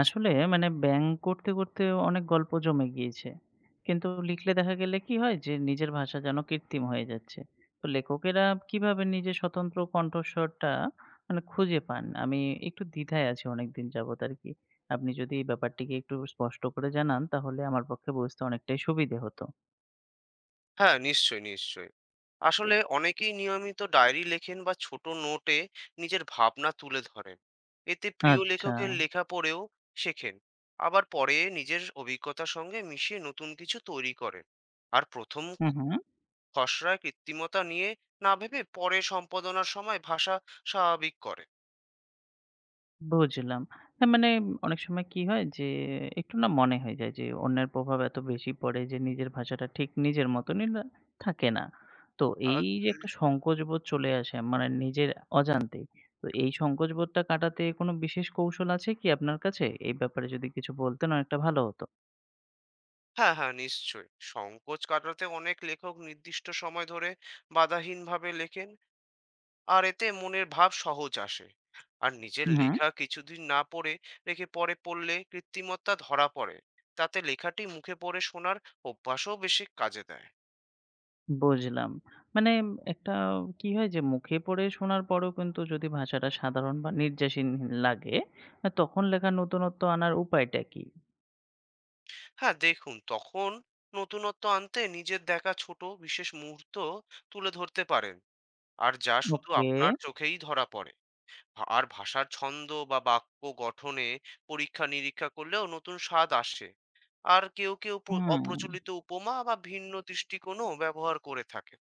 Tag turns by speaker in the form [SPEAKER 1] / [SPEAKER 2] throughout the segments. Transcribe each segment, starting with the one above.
[SPEAKER 1] আসলে ব্যাঙ করতে, করতে অনেক গল্প জমে গিয়েছে। কিন্তু লিখলে দেখা গেলে কি হয় যে নিজের ভাষা যেন কৃত্রিম হয়ে যাচ্ছে। তো লেখকেরা কিভাবে নিজের স্বতন্ত্র কণ্ঠস্বরটা খুঁজে পান? আমি একটু দ্বিধায় আছি অনেকদিন যাবৎ আরকি। আপনি যদি এই ব্যাপারটিকে একটু স্পষ্ট করে জানান তাহলে আমার পক্ষে বুঝতে অনেকটাই সুবিধে হতো।
[SPEAKER 2] হ্যাঁ, নিশ্চয়ই, নিশ্চয়ই। আসলে অনেকেই নিয়মিত ডায়েরি লেখেন বা ছোট নোটে নিজের ভাবনা তুলে ধরেন। এতে প্রিয়
[SPEAKER 1] আচ্ছা।
[SPEAKER 2] লেখকের লেখা পড়েও শেখেন। আবার পরে নিজের অভিজ্ঞতার সঙ্গে মিশিয়ে নতুন কিছু তৈরি করেন। আর ১ম
[SPEAKER 1] হু, হু।
[SPEAKER 2] খসড়ায় কৃত্রিমতা নিয়ে না ভেবে পরে সম্পাদনার সময় ভাষা স্বাভাবিক করে।
[SPEAKER 1] বুঝলাম। না মানে অনেক সময় কি হয় যে একটু না মনে হয়ে যায় যে অন্যের প্রভাব এত বেশি পড়ে যে নিজের ভাষাটা ঠিক নিজের মতনই থাকে না। তো
[SPEAKER 2] আ
[SPEAKER 1] এই যে একটা সংকোচবোধ চলে আসে মানে নিজের অজান্তেই। তো এই সংকোচবোধটা কাটাতে কোনো বিশেষ কৌশল আছে কি আপনার কাছে? এই ব্যাপারে যদি কিছু বলতেন অনেকটা ভালো হতো।
[SPEAKER 2] হ্যাঁ, হ্যাঁ, নিশ্চয়ই। সংকোচ কাটাতে অনেক লেখক নির্দিষ্ট সময় ধরে বাধাহীনভাবে লেখেন। আর এতে মনের ভাব সহজ আসে আর নিজের
[SPEAKER 1] হুম।
[SPEAKER 2] লেখা কিছুদিন না পড়ে রেখে পরে পড়লে কৃত্রিমতা ধরা পড়ে তাতে লেখাটি মুখে পড়ে শোনার অভ্যাসও বেশি কাজে দেয়।
[SPEAKER 1] বুঝলাম। মানে একটা কি হয় যে মুখে পড়ে শোনার পরেও কিন্তু যদি ভাষাটা সাধারণ বা নির্যাসীন লাগে, তখন লেখার নতুনত্ব আনার উপায়টা কি?
[SPEAKER 2] হ্যাঁ দেখুন তখন নতুনত্ব আনতে নিজের দেখা ছোট বিশেষ মুহূর্ত তুলে ধরতে পারেন আর যা শুধু
[SPEAKER 1] ওকে,
[SPEAKER 2] আপনার চোখেই ধরা পড়ে। আর ভাষার ছন্দ বা বাক্য গঠনে পরীক্ষা নিরীক্ষা করলেও নতুন স্বাদ আসে আর কেউ কেউ
[SPEAKER 1] হুম,
[SPEAKER 2] অপ্রচলিত উপমা বা ভিন্ন দৃষ্টিকোণও ব্যবহার করে থাকে।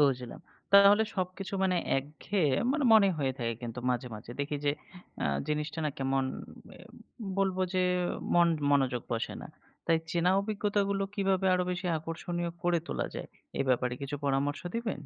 [SPEAKER 1] বুঝলাম। তাহলে সবকিছু মানে একঘেয়ে মনে হয়ে থাকে কিন্তু মাঝে, মাঝে। দেখি যে জিনিসটা না কেমন এ বলবো যে মনোযোগ বসে না। তাই চেনা অভিজ্ঞতাগুলো কিভাবে আরো বেশি আকর্ষণীয় করে তোলা যায়? এ ব্যাপারে কিছু পরামর্শ দিবেন?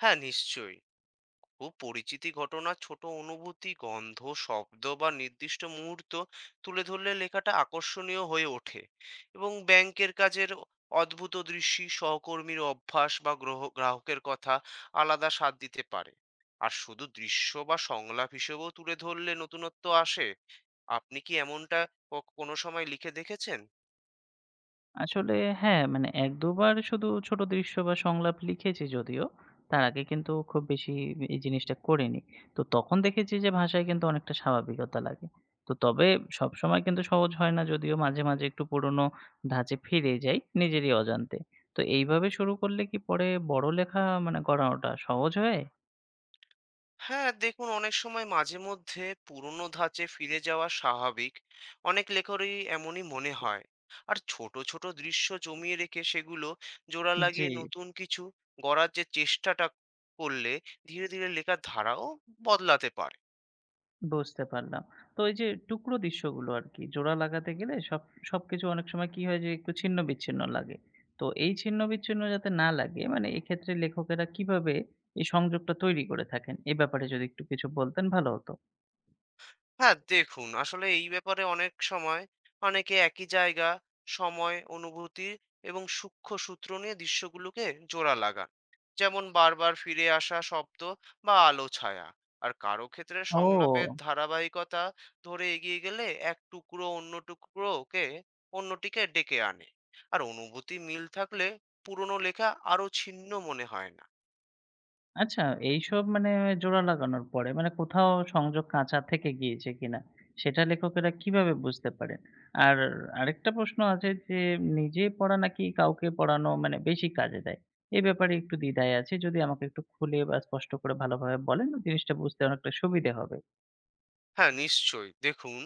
[SPEAKER 2] হ্যাঁ, নিশ্চয়ই। খুব পরিচিতি ঘটনা, ছোট অনুভূতি, গন্ধ, শব্দ বা নির্দিষ্ট মুহূর্ত তুলে ধরলে লেখাটা আকর্ষণীয় হয়ে ওঠে এবং ব্যাংকের কাজের অদ্ভুত দৃশ্যি, সহকর্মীর অভ্যাস বা গ্রাহকের কথা আলাদা স্বাদ দিতে পারে। আর শুধু দৃশ্য বা সংলাপ হিসেবেও তুলে ধরলে নতুনত্ব আসে। আপনি কি এমনটা ক কোনো সময় লিখে দেখেছেন?
[SPEAKER 1] আসলে হ্যাঁ, মানে ১-২ বার শুধু ছোট দৃশ্য বা সংলাপ লিখেছি যদিও। তার আগে কিন্তু খুব বেশি এই জিনিসটা করিনি। তো তখন দেখেছি যে ভাষায় কিন্তু অনেকটা স্বাভাবিকতা লাগে। তো তবে সবসময় কিন্তু সহজ হয় না যদিও মাঝে, মাঝে একটু পুরোনো ধাঁচে ফিরে যাই নিজেরই অজান্তে। তো এইভাবে শুরু করলে কি পরে বড় লেখা মানে করাটা সহজ হয়?
[SPEAKER 2] হ্যাঁ দেখুন অনেক সময় মাঝে মধ্যে পুরোনো ধাঁচে ফিরে যাওয়া স্বাভাবিক, অনেক লেখকেরই এমনই মনে হয় আর ছোট ছোট দৃশ্য জমিয়ে রেখে সেগুলো জোড়া
[SPEAKER 1] জি।
[SPEAKER 2] লাগিয়ে নতুন কিছু গড়ার যে চেষ্টাটা করলে ধীরে ধীরে লেখার ধারাও বদলাতে পারে।
[SPEAKER 1] বুঝতে পারলাম। তো এই যে টুকরো দৃশ্যগুলো আরকি জোড়া লাগাতে গেলে সবকিছু অনেক সময় কি হয় যে একটু ছিন্ন-বিচ্ছিন্ন লাগে। তো এই ছিন্ন-বিচ্ছিন্ন যাতে না লাগে মানে এক্ষেত্রে লেখকেরা কিভাবে এই সংযোগটা তৈরি করে থাকেন? এ ব্যাপারে যদি একটু কিছু বলতেন ভালো হতো।
[SPEAKER 2] হ্যাঁ, দেখুন আসলে এই ব্যাপারে অনেক সময় অনেকে একই জায়গা, সময়, অনুভূতি এবং সূক্ষ্ম সূত্র নিয়ে দৃশ্যগুলোকে জোড়া লাগান। যেমন বারবার ফিরে আসা শব্দ বা আলো ছায়া। আর কারো ক্ষেত্রে সংলাপের
[SPEAKER 1] ও!
[SPEAKER 2] ধারাবাহিকতা ধরে এগিয়ে গেলে এক টুকরো অন্য টুকরোকে অন্যটিকে ডেকে আনে। আর অনুভূতি মিল থাকলে পুরনো লেখা আরো ছিন্ন মনে হয় না।
[SPEAKER 1] আচ্ছা, এইসব জোড়া লাগানোর পরে মানে কোথাও সংযোগ কাঁচা থেকে গিয়েছে কিনা, সেটা লেখকেরা কিভাবে বুঝতে পারেন? আর আরেকটা প্রশ্ন আছে যে, নিজে পড়া নাকি কাউকে পড়ানো মানে বেশি কাজে দেয়? এ ব্যাপারে একটু দ্বিধায় আছি। যদি আমাকে একটু খুলে বা স্পষ্ট করে ভালোভাবে বলেন, জিনিসটা বুঝতে অনেকটা সুবিধে হবে।
[SPEAKER 2] হ্যাঁ নিশ্চয়ই দেখুন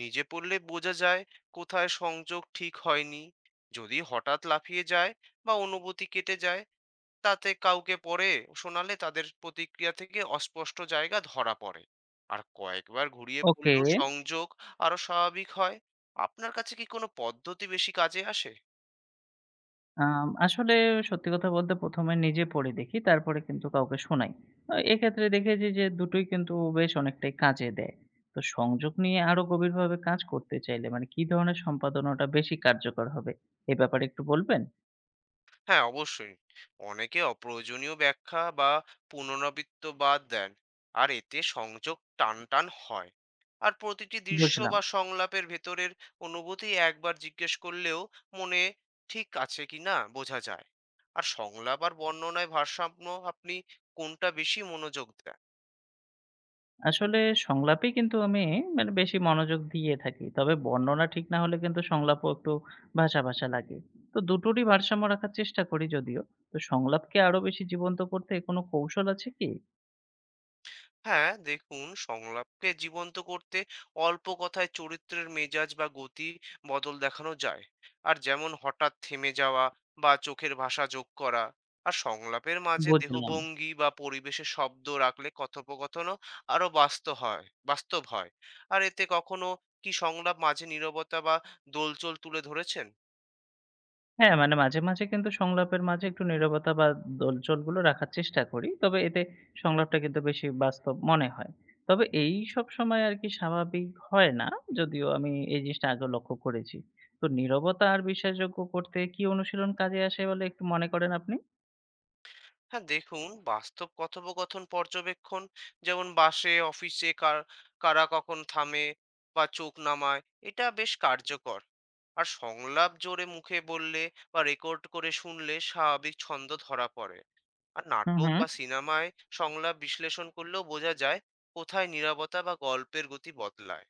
[SPEAKER 2] নিজে পড়লে বোঝা যায় কোথায় সংযোগ ঠিক হয়নি, যদি হঠাৎ লাফিয়ে যায় বা অনুভূতি কেটে যায়। তাতে কাউকে পড়ে শোনালে তাদের প্রতিক্রিয়া থেকে অস্পষ্ট জায়গা ধরা পড়ে আর কয়েকবার ঘুরিয়ে
[SPEAKER 1] ওকে।
[SPEAKER 2] পড়লেও সংযোগ আরো স্বাভাবিক হয়। আপনার কাছে কি কোনো পদ্ধতি বেশি কাজে আসে?
[SPEAKER 1] আসলে সত্যি কথা বলতে ১ম এ নিজে পড়ে দেখি, তারপরে কিন্তু কাউকে শোনাই। এক্ষেত্রে দেখেছি যে দুটোই কিন্তু বেশ অনেকটাই কাজে দেয়। তো সংযোগ নিয়ে আরো গভীরভাবে কাজ করতে চাইলে মানে কি ধরনের সম্পাদনাটা বেশি কার্যকর হবে? এ ব্যাপারে একটু বলবেন?
[SPEAKER 2] হ্যাঁ অবশ্যই, অনেকে অপ্রয়োজনীয় ব্যাখ্যা বা পুনরাবৃত্ত বাদ দেন আর এতে সংযোগ টানটান হয় আর প্রতিটি দৃশ্য
[SPEAKER 1] বুঝলাম।
[SPEAKER 2] বা সংলাপের ভেতরের অনুভূতি একবার জিজ্ঞেস করলেও মনে ঠিক আছে কি না বোঝা যায় আর সংলাপ আর বর্ণনায় ভারসাম্য আপনি কোনটা বেশি মনোযোগ দেন?
[SPEAKER 1] আসলে সংলাপেই কিন্তু আমি বেশি মনোযোগ দিয়ে থাকি। তবে বর্ণনা ঠিক না হলে কিন্তু সংলাপও একটু ভাসা, ভাসা লাগে। তো দুটোরই ভারসাম্য রাখার চেষ্টা করি যদিও। তো সংলাপকে আরো বেশি জীবন্ত করতে কোনো কৌশল আছে কি?
[SPEAKER 2] হ্যাঁ, দেখুন সংলাপকে জীবন্ত করতে অল্প কথায় চরিত্রের মেজাজ বা গতি বদল দেখানো যায়। আর যেমন হঠাৎ থেমে যাওয়া বা চোখের ভাষা যোগ করা। আর সংলাপের মাঝে
[SPEAKER 1] বুঝলাম।
[SPEAKER 2] দেহভঙ্গি বা পরিবেশে শব্দ রাখলে কথোপকথনও আরো বাস্তব হয়। আর এতে কখনো কি সংলাপ মাঝে নীরবতা বা দোলচল তুলে ধরেছেন?
[SPEAKER 1] হ্যাঁ, মানে মাঝে, মাঝে কিন্তু সংলাপের মাঝে একটু নীরবতা বা দোলচোলগুলো রাখার চেষ্টা করি। তবে এতে সংলাপটা কিন্তু বেশি বাস্তব মনে হয়। তবে এইসব সময় আরকি স্বাভাবিক হয় না, যদিও আমি এই জিনিসটা আগেও লক্ষ্য করেছি। তো নীরবতা আর বিশ্বাসযোগ্য করতে কি অনুশীলন কাজে আসে বলে একটু মনে করেন আপনি?
[SPEAKER 2] হ্যাঁ দেখুন বাস্তব কথোপকথন পর্যবেক্ষণ, যেমন বাসে অফিসে কার কারা কখন থামে বা চোখ নামায়, এটা বেশ কার্যকর আর সংলাপ জোরে মুখে বললে বা রেকর্ড করে শুনলে স্বাভাবিক ছন্দ ধরা পড়ে আর
[SPEAKER 1] হু,
[SPEAKER 2] নাটক
[SPEAKER 1] হু।
[SPEAKER 2] বা সিনেমায় সংলাপ বিশ্লেষণ করলেও বোঝা যায় কোথায় নীরবতা বা গল্পের গতি বদলায়।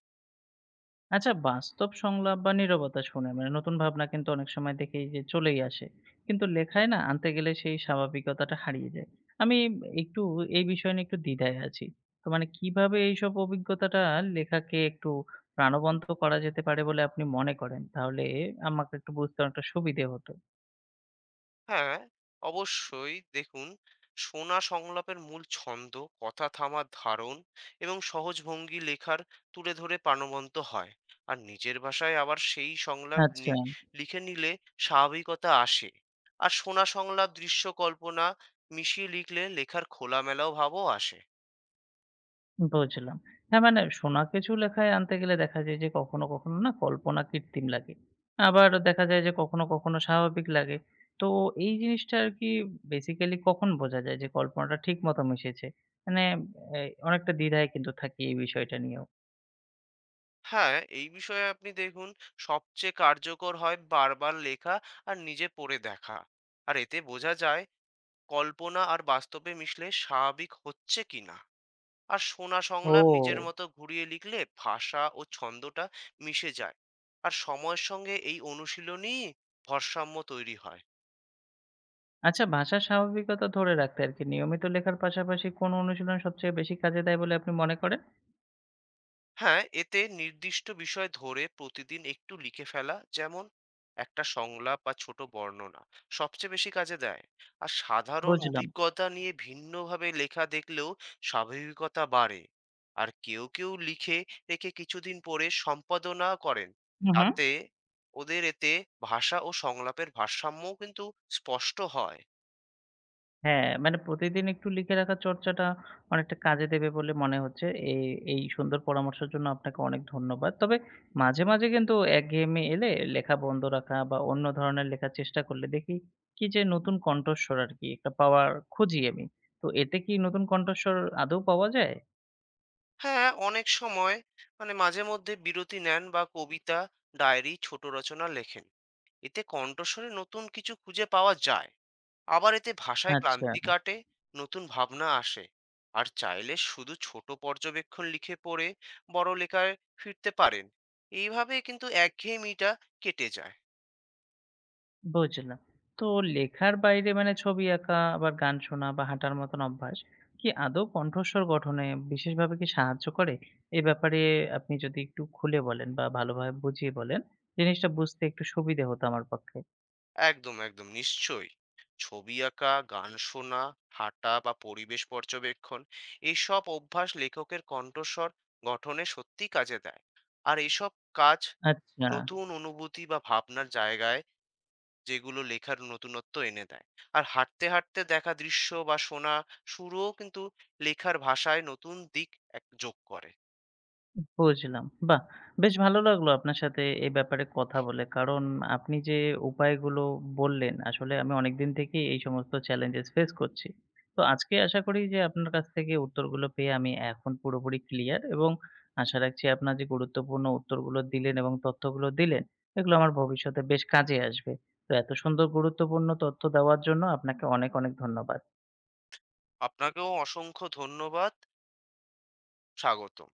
[SPEAKER 1] আচ্ছা বাস্তব সংলাপ বা নীরবতা শুনে মানে নতুন ভাবনা কিন্তু অনেক সময় দেখি যে চলেই আসে কিন্তু লেখায় না আনতে গেলে সেই স্বাভাবিকতাটা হারিয়ে যায়। আমি একটু এই বিষয় নিয়ে একটু দ্বিধায় আছি। তো মানে কিভাবে এইসব অভিজ্ঞতাটা লেখাকে একটু প্রাণবন্ত করা যেতে পারে বলে আপনি মনে করেন তাহলে আমাকে একটু বুঝতে অনেকটা সুবিধে হতো।
[SPEAKER 2] হ্যাঁ, অবশ্যই। দেখুন, শোনা সংলাপের মূল ছন্দ, কথা থামার ধরন এবং সহজ ভঙ্গি লেখার তুলে ধরে প্রাণবন্ত হয়। আর নিজের ভাষায় আবার সেই সংলাপ
[SPEAKER 1] আচ্ছা।
[SPEAKER 2] লিখে নিলে স্বাভাবিকতা আসে। আর শোনা সংলাপ দৃশ্য কল্পনা মিশিয়ে লিখলে লেখার খোলামেলাও ভাবও আসে।
[SPEAKER 1] বুঝলাম। হ্যাঁ, মানে শোনা কিছু লেখায় আনতে গেলে দেখা যায় যে কখনো, কখনো না কল্পনা কৃত্রিম লাগে। আবার দেখা যায় যে কখনো, কখনো স্বাভাবিক লাগে। তো এই জিনিসটা আরকি বেসিক্যালি কখন বোঝা যায় যে কল্পনাটা ঠিক মতো মিশেছে? মানে এ অনেকটা দ্বিধায় কিন্তু থাকি এই বিষয়টা নিয়েও।
[SPEAKER 2] হ্যাঁ, এই বিষয়ে আপনি দেখুন সবচেয়ে কার্যকর হয় বারবার লেখা আর নিজে পড়ে দেখা। আর এতে বোঝা যায় কল্পনা আর বাস্তবে মিশলে স্বাভাবিক হচ্ছে কিনা আর শোনা
[SPEAKER 1] ও!
[SPEAKER 2] সংলাপ নিজের মতো ঘুরিয়ে লিখলে ভাষা ও ছন্দটা মিশে যায় আর সময়ের সঙ্গে এই অনুশীলনই ভারসাম্য তৈরি হয়।
[SPEAKER 1] আচ্ছা ভাষার স্বাভাবিকতা ধরে রাখতে আরকি নিয়মিত লেখার পাশাপাশি কোন অনুশীলন সবচেয়ে বেশি কাজে দেয় বলে আপনি মনে করেন?
[SPEAKER 2] হ্যাঁ, এতে নির্দিষ্ট বিষয় ধরে প্রতিদিন একটু লিখে ফেলা, যেমন একটা সংলাপ বা ছোট বর্ণনা, সবচেয়ে বেশি কাজে দেয় আর সাধারণ
[SPEAKER 1] বুঝলাম।
[SPEAKER 2] অভিজ্ঞতা নিয়ে ভিন্নভাবে লেখা দেখলেও স্বাভাবিকতা বাড়ে আর কেউ কেউ লিখে রেখে কিছুদিন পরে সম্পাদনা করেন,
[SPEAKER 1] হু, হু।
[SPEAKER 2] তাতে ওদের এতে ভাষা ও সংলাপের ভারসাম্যও কিন্তু স্পষ্ট হয়।
[SPEAKER 1] হ্যাঁ, মানে প্রতিদিন একটু লিখে রাখার চর্চাটা অনেকটা কাজে দেবে বলে মনে হচ্ছে। এ এই সুন্দর পরামর্শের জন্য আপনাকে অনেক ধন্যবাদ। তবে মাঝে, মাঝে কিন্তু একঘেয়েমি এলে লেখা বন্ধ রাখা বা অন্য ধরনের লেখার চেষ্টা করলে দেখি কি যে নতুন কণ্ঠস্বর আরকি একটা পাওয়ার খুঁজি আমি। তো এতে কি নতুন কণ্ঠস্বর আদৌ পাওয়া যায়?
[SPEAKER 2] হ্যাঁ, অনেক সময় মানে মাঝে মধ্যে বিরতি নেন বা কবিতা, ডায়েরি, ছোট রচনা লেখেন। এতে কণ্ঠস্বরে নতুন কিছু খুঁজে পাওয়া যায়। আবার এতে ভাষায়
[SPEAKER 1] আচ্ছা।
[SPEAKER 2] ক্লান্তি কাটে, নতুন ভাবনা আসে। আর চাইলে শুধু ছোট পর্যবেক্ষণ লিখে পড়ে বড় লেখায় ফিরতে পারেন। এইভাবে কিন্তু একঘেয়েমিটা কেটে যায়।
[SPEAKER 1] বুঝলাম। তো লেখার বাইরে মানে ছবি আঁকা, আবার গান শোনা বা হাঁটার মতন অভ্যাস কি আদৌ কণ্ঠস্বর গঠনে বিশেষভাবে কি সাহায্য করে? এ ব্যাপারে আপনি যদি একটু খুলে বলেন বা ভালোভাবে বুঝিয়ে বলেন, জিনিসটা বুঝতে একটু সুবিধে হতো আমার পক্ষে।
[SPEAKER 2] একদম, একদম নিশ্চয়ই। ছবি আঁকা, গান শোনা, হাঁটা বা পরিবেশ পর্যবেক্ষণ, এইসব অভ্যাস লেখকের কণ্ঠস্বর গঠনে সত্যিই কাজে দেয়। আর এইসব কাজ
[SPEAKER 1] আচ্ছা।
[SPEAKER 2] নতুন অনুভূতি বা ভাবনার জায়গায় যেগুলো লেখার নতুনত্ব এনে দেয়। আর হাঁটতে, হাঁটতে দেখা দৃশ্য বা শোনা সুরও কিন্তু লেখার ভাষায় নতুন দিক এক যোগ করে।
[SPEAKER 1] বুঝলাম। বাহ! বেশ ভালো লাগলো আপনার সাথে এই ব্যাপারে কথা বলে। কারণ আপনি যে উপায়গুলো বললেন, আসলে আমি অনেকদিন থেকেই এই সমস্ত চ্যালেঞ্জেস ফেস করছি। তো আজকে আশা করি যে আপনার কাছ থেকে উত্তরগুলো পেয়ে আমি এখন পুরোপুরি ক্লিয়ার এবং আশা রাখছি আপনার যে গুরুত্বপূর্ণ উত্তরগুলো দিলেন এবং তথ্যগুলো দিলেন, এগুলো আমার ভবিষ্যতে বেশ কাজে আসবে। তো এত সুন্দর গুরুত্বপূর্ণ তথ্য দেওয়ার জন্য আপনাকে অনেক, অনেক ধন্যবাদ।
[SPEAKER 2] আপনাকেও অসংখ্য ধন্যবাদ। স্বাগতম।